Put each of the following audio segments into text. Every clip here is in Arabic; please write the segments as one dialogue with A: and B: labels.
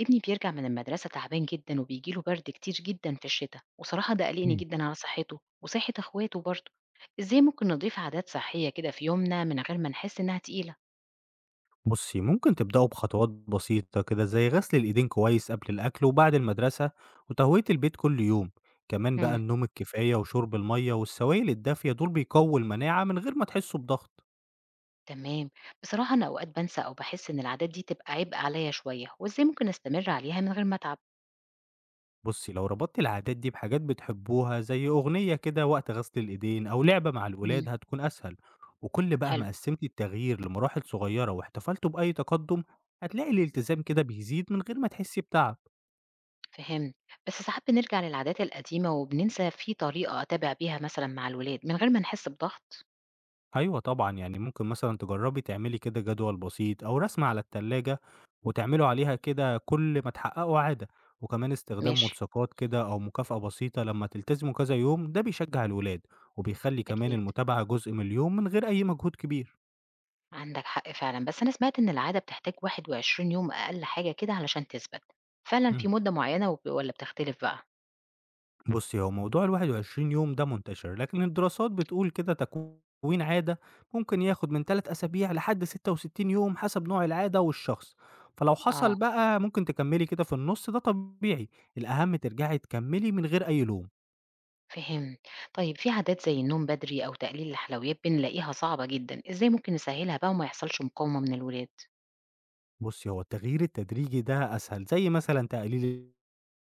A: ابني بيرجع من المدرسة تعبان جدا وبيجيله برد كتير جدا في الشتاء، وصراحة ده قلقني
B: إمم.
A: جدا على صحته وصحة اخواته برضه. ازاي ممكن نضيف عادات صحية كده في يومنا من غير ما نحس انها تقيلة؟
B: بُصّي، ممكن تبدأوا بخطوات بسيطة كده زي غسل الإيدين كويس قبل الأكل وبعد المدرسة وتهوية البيت كل يوم، كمان بقى
A: مم.
B: النوم الكفاية وشرب المَيّة والسوائل الدافية دول بيقوّوا المناعة من غير ما تحسّوا بضغط.
A: تمام. بصراحة انا اوقات بنسى او بحس ان العادات دي تبقى عبء عليا شوية، وازاي ممكن استمر عليها من غير ما اتعب؟
B: بُصّي، لو ربطتِ العادات دي بحاجات بتحبوها زي أغنية كده وقت غسل الإيدين أو لعبة مع
A: مم.
B: الولاد هتكون أسهل، وكل بقى
A: حلو.
B: ما قسّمتِ التغيير لمراحل صغيرة واحتفلتوا بأي تقدُّم، هتلاقي الالتزام كده بيزيد من غير ما تحسّي بتعب.
A: فهمت. بس ساعات بنرجع للعادات القديمة وبننسى في طريقة اتابع بيها مثلا مع الولاد من غير ما نحس بضغط.
B: أيوه طبعًا، يعني ممكن مثلًا تجرّبي تعملي كده جدول بسيط أو رسمة على التلاجة وتعملوا عليها كده كل ما تحققوا عادة، وكمان استخدام
A: ماشي.
B: ملصقات كده أو مكافأة بسيطة لمّا تلتزموا كذا يوم، ده بيشجّع الولاد وبيخلّي كمان
A: اكيد.
B: المتابعة جزء من اليوم من غير أي مجهود كبير.
A: عندك حق فعلا، بس أنا سمعت إن العادة بتحتاج 21 يوم أقل حاجة كده علشان تثبت فعلا
B: إمم.
A: في مدة معينة، ولا بتختلف بقى؟
B: بُصّي، هو موضوع ال21 يوم ده منتشر، لكن الدراسات بتقول كده تكوين عادة ممكن ياخد من 3 أسابيع لحد 66 يوم حسب نوع العادة والشخص، فلو حصل
A: آه.
B: بقى ممكن تكمّلي كده في النُص ده طبيعي، الأهم ترجعي تكمّلي من غير أي لوم.
A: فهم. طيب في عادات زي النوم بدري أو تقليل الحلويات بنلاقيها صعبة جدا، إزاي ممكن نسهلها بقى وما يحصلش مقاومة من الولاد؟
B: بُصّي، هو التغيير التدريجي ده أسهل، زي مثلًا تقليل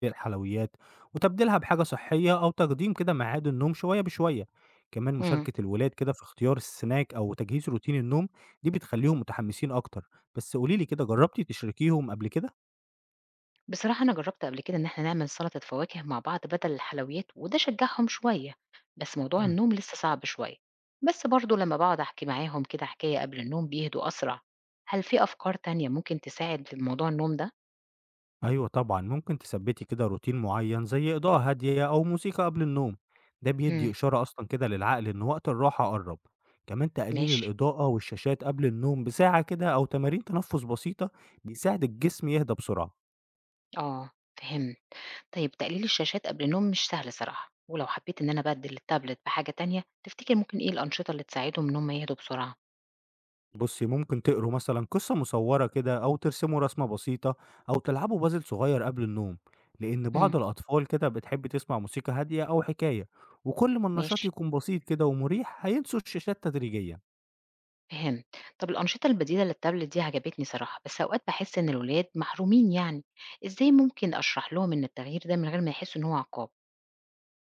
B: الحلويات وتبديلها بحاجة صحية أو تقديم كده ميعاد النوم شوية بشوية، كمان
A: مم.
B: مشاركة الولاد كده في اختيار السناك أو تجهيز روتين النوم، دي بتخلّيهم متحمسين أكتر، بس قولي لي كده جرّبتِ تشركيهم قبل كده؟
A: بصراحة أنا جربت قبل كده إن احنا نعمل سلطة فواكه مع بعض بدل الحلويات، وده شجعهم شوية. بس موضوع
B: إمم.
A: النوم لسه صعب شوية. بس برضو لما بقعد أحكي معاهم كده حكاية قبل النوم بيهدوا أسرع. هل في أفكار تانية ممكن تساعد في موضوع النوم ده؟
B: أيوه طبعًا، ممكن تثبّتي كده روتين معيّن زي إضاءة هادية أو موسيقى قبل النوم، ده بيدّي
A: إمم.
B: إشارة أصلًا كده للعقل إن وقت الراحة قرّب، كمان تقليل
A: ماشي.
B: الإضاءة والشاشات قبل النوم بساعة كده أو تمارين تنفُّس بسيطة بيساعد الجسم يهدى بسرعة.
A: آه. فهمت. طيب تقليل الشاشات قبل النوم مش سهل صراحة، ولو حبيت إن أنا أبدِّل التابلت بحاجة تانية، تفتكر ممكن إيه الأنشطة اللي تساعدهم إن هم يهدوا بسرعة؟
B: بُصّي، ممكن تقروا مثلًا قصة مصوّرة كده أو ترسموا رسمة بسيطة أو تلعبوا puzzle صغير قبل النوم، لإن
A: إمم.
B: بعض الأطفال كده بتحب تسمع موسيقى هادية أو حكاية، وكل ما النشاط
A: ماشي.
B: يكون بسيط كده ومريح هينسوا الشاشات تدريجيًا.
A: فهمت. طب الأنشطة البديلة للتابلت دي عجبتني صراحة، بس أوقات باحس إن الولاد محرومين يعني، إزاي ممكن أشرح لهم إن التغيير ده من غير ما يحسوا إن هو عقاب؟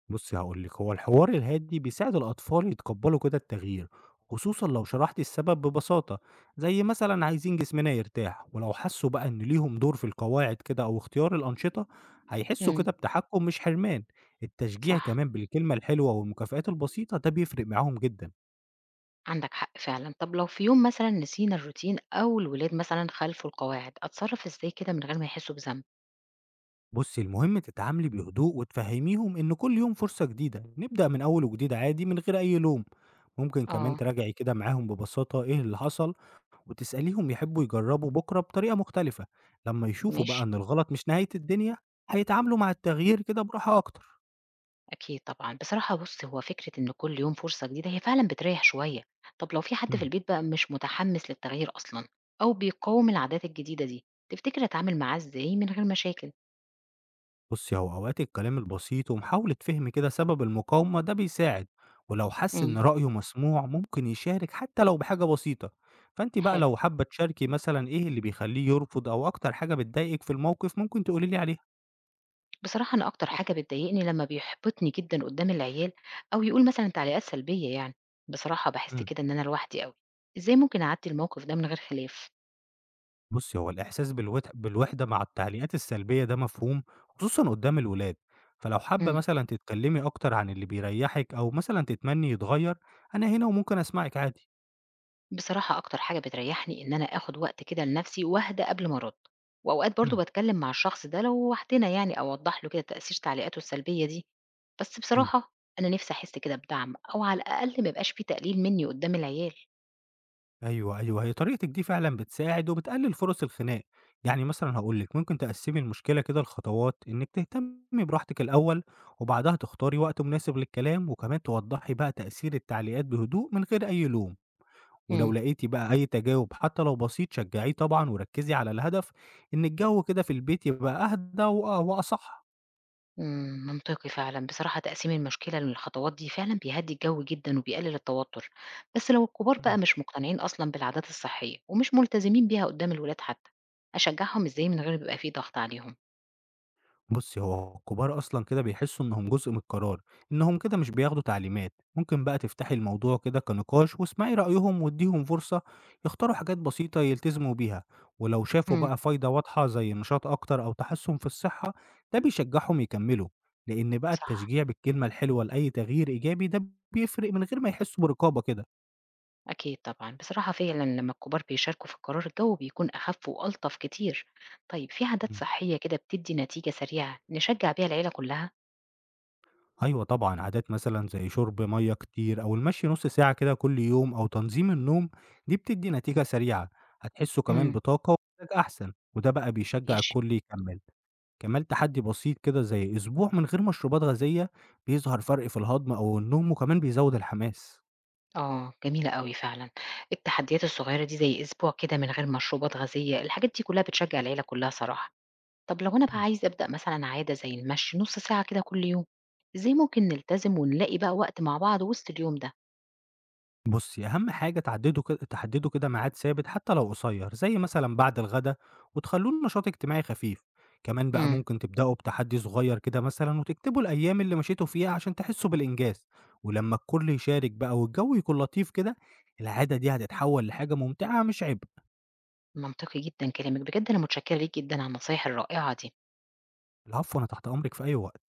B: بُصّي هاقول لِك، هو الحوار الهادي بيساعد الأطفال يتقبّلوا كده التغيير، خصوصًا لو شرحتِ السبب ببساطة، زي مثلًا عايزين جسمنا يرتاح، ولو حسّوا بقى إن ليهم دور في القواعد كده أو اختيار الأنشطة، هيحسّوا
A: إمم.
B: كده بتحكُّم مش حرمان، التشجيع
A: صح.
B: كمان بالكلمة الحلوة والمكافآت البسيطة ده بيفرق معاهم جدًا.
A: عندك حق فعلًا. طب لو في يوم مثلًا نسينا الروتين أو الولاد مثلًا خالفوا القواعد، أتصرف إزاي كده من غير ما يحسوا بذنب؟
B: بُصّي المهم تتعاملي بهدوء وتفهّميهم إن كل يوم فرصة جديدة، نبدأ من أول وجديد عادي من غير أي لوم، ممكن كمان
A: آه.
B: تراجعي كده معاهم ببساطة إيه اللي حصل وتسأليهم يحبوا يجربوا بكرة بطريقة مختلفة لما يشوفوا بقى
A: ماشي.
B: إن الغلط مش نهاية الدنيا هيتعاملوا مع التغيير كده براحة أكتر.
A: أكيد طبعًا. بصراحة بُص، هو فكرة إن كل يوم فرصة جديدة هي فعلًا بتريّح شوية. طب لو في حد في
B: مم.
A: البيت بقى مش متحمّس للتغيير أصلًا أو بيقاوم العادات الجديدة دي، تفتكر أتعامل معاه إزاي من غير مشاكل؟
B: بصي هو أوقات الكلام البسيط ومحاولة فهم كده سبب المقاومة ده بيساعد ولو حس إن
A: إمم.
B: رأيه مسموع ممكن يشارك حتى لو بحاجة بسيطة فأنت بقى
A: حلو.
B: لو حابة تشاركي مثلا إيه اللي بيخليه يرفض أو أكتر حاجة بتضايقك في الموقف ممكن تقولي لي عليها.
A: بصراحة أنا أكتر حاجة بتضايقني لمّا بيحبطني جدًا قدّام العيال أو يقول مثلًا تعليقات سلبية يعني. بصراحة باحس
B: مم.
A: كده إن أنا لوحدي أوي. إزاي ممكن أعدّي الموقف ده من غير خلاف؟
B: بُصّي، هو الإحساس بالوحدة مع التعليقات السلبية ده مفهوم، خصوصًا قدّام الولاد، فلو حابة
A: إمم.
B: مثلًا تتكلمي أكتر عن اللي بيريحِك أو مثلًا تتمني يتغير، أنا هنا وممكن أسمعِك عادي.
A: بصراحة أكتر حاجة بتريحني إن أنا آخد وقت كده لنفسي وأهدى قبل ما أرد، وأوقات برضو
B: إمم،
A: بتكلم مع الشخص ده لو وحدنا يعني أو أوضح له كده تأثير تعليقاته السلبية دي. بس
B: إمم،
A: بصراحة أنا نفسي أحس كده بدعم أو على الأقل ما يبقاش فيه تقليل مني قدام العيال.
B: أيوه، أيوه، هي طريقتِك دي فعلًا بتساعد وبتقلل فرص الخناق، يعني مثلًا هاقول لِك ممكن تقسّمي المشكلة كده لخطوات، إنِّك تهتمي براحتِك الأول، وبعدها تختاري وقت مناسب للكلام، وكمان توضّحي بقى تأثير التعليقات بهدوء من غير أي لوم. ولو
A: مم.
B: لقيتِ بقى أي تجاوب حتى لو بسيط شجّعيه طبعًا وركّزي على الهدف إن الجو كده في البيت يبقى أهدى وأصح.
A: مم، منطقي فعلا. بصراحة تقسيم المشكلة للخطوات دي فعلا بيهدي الجو جدا وبيقلل التوتر. بس لو الكبار
B: إمم.
A: بقى مش مقتنعين أصلا بالعادات الصحية ومش ملتزمين بيها قدام الولاد حتى، أشجعهم إزاي من غير ما يبقى فيه ضغط عليهم؟
B: بُصّي، هو الكبار أصلًا كده بيحسّوا إنّهم جزء من القرار، إنّهم كده مش بياخدوا تعليمات. ممكن بقى تفتحي الموضوع كده كنقاش واسمعي رأيهم وادّيهم فرصة يختاروا حاجات بسيطة يلتزموا بيها، ولو شافوا
A: مم.
B: بقى فايدة واضحة زي نشاط أكتر أو تحسُّن في الصحّة، ده بيشجّعهم يكمّلوا، لإن بقى
A: صح.
B: التشجيع بالكلمة الحلوة لأي تغيير إيجابي ده بيفرق من غير ما يحسّوا برقابة كده.
A: أكيد طبعًا، بصراحة فعلًا لمّا الكبار بيشاركوا في القرار الجو بيكون أخف وألطف كتير. طيب في عادات
B: إمم.
A: صحية كده بتدّي نتيجة سريعة نشجع بيها العيلة كلها؟
B: أيوه طبعًا، عادات مثلًا زي شرب مَيّة كتير أو المشي نُص ساعة كده كل يوم أو تنظيم النوم، دي بتدّي نتيجة سريعة، هتحسّوا كمان
A: امم.
B: بطاقة ومزاج أحسن، وده بقى بيشجّع
A: ماشي.
B: الكل يكمّل. كمان تحدّي بسيط كده زي أسبوع من غير مشروبات غازية، بيظهر فرق في الهضم أو النوم وكمان بيزوّد الحماس.
A: آه جميلة أوي فعلًا، التحديات الصغيرة دي زي أسبوع كده من غير مشروبات غازية، الحاجات دي كلها بتشجع العيلة كلها صراحة. طب لو أنا بقى
B: إمم.
A: عايزة أبدأ مثلًا عادة زي المشي نص ساعة كده كل يوم، إزاي ممكن نلتزم ونلاقي بقى وقت مع بعض وسط اليوم ده؟
B: بُصّي، أهم حاجة تعدّدوا ك تحدّدوا كده ميعاد ثابت حتى لو قصير، زي مثلًا بعد الغدا، وتخلّوه نشاط اجتماعي خفيف. كمان بقى
A: امم.
B: ممكن تبدأوا بتحدّي صغير كده مثلًا وتكتبوا الأيام اللي مشيتوا فيها عشان تحسّوا بالإنجاز، ولمّا الكل يشارك بقى والجو يكون لطيف كده، العادة دي هتتحوّل لحاجة ممتعة مش عبء.
A: منطقي جدًا كلامِك، بجد أنا متشكرة ليك جدًا على النصايح الرائعة دي.
B: العفو، أنا تحت أمرِك في أي وقت.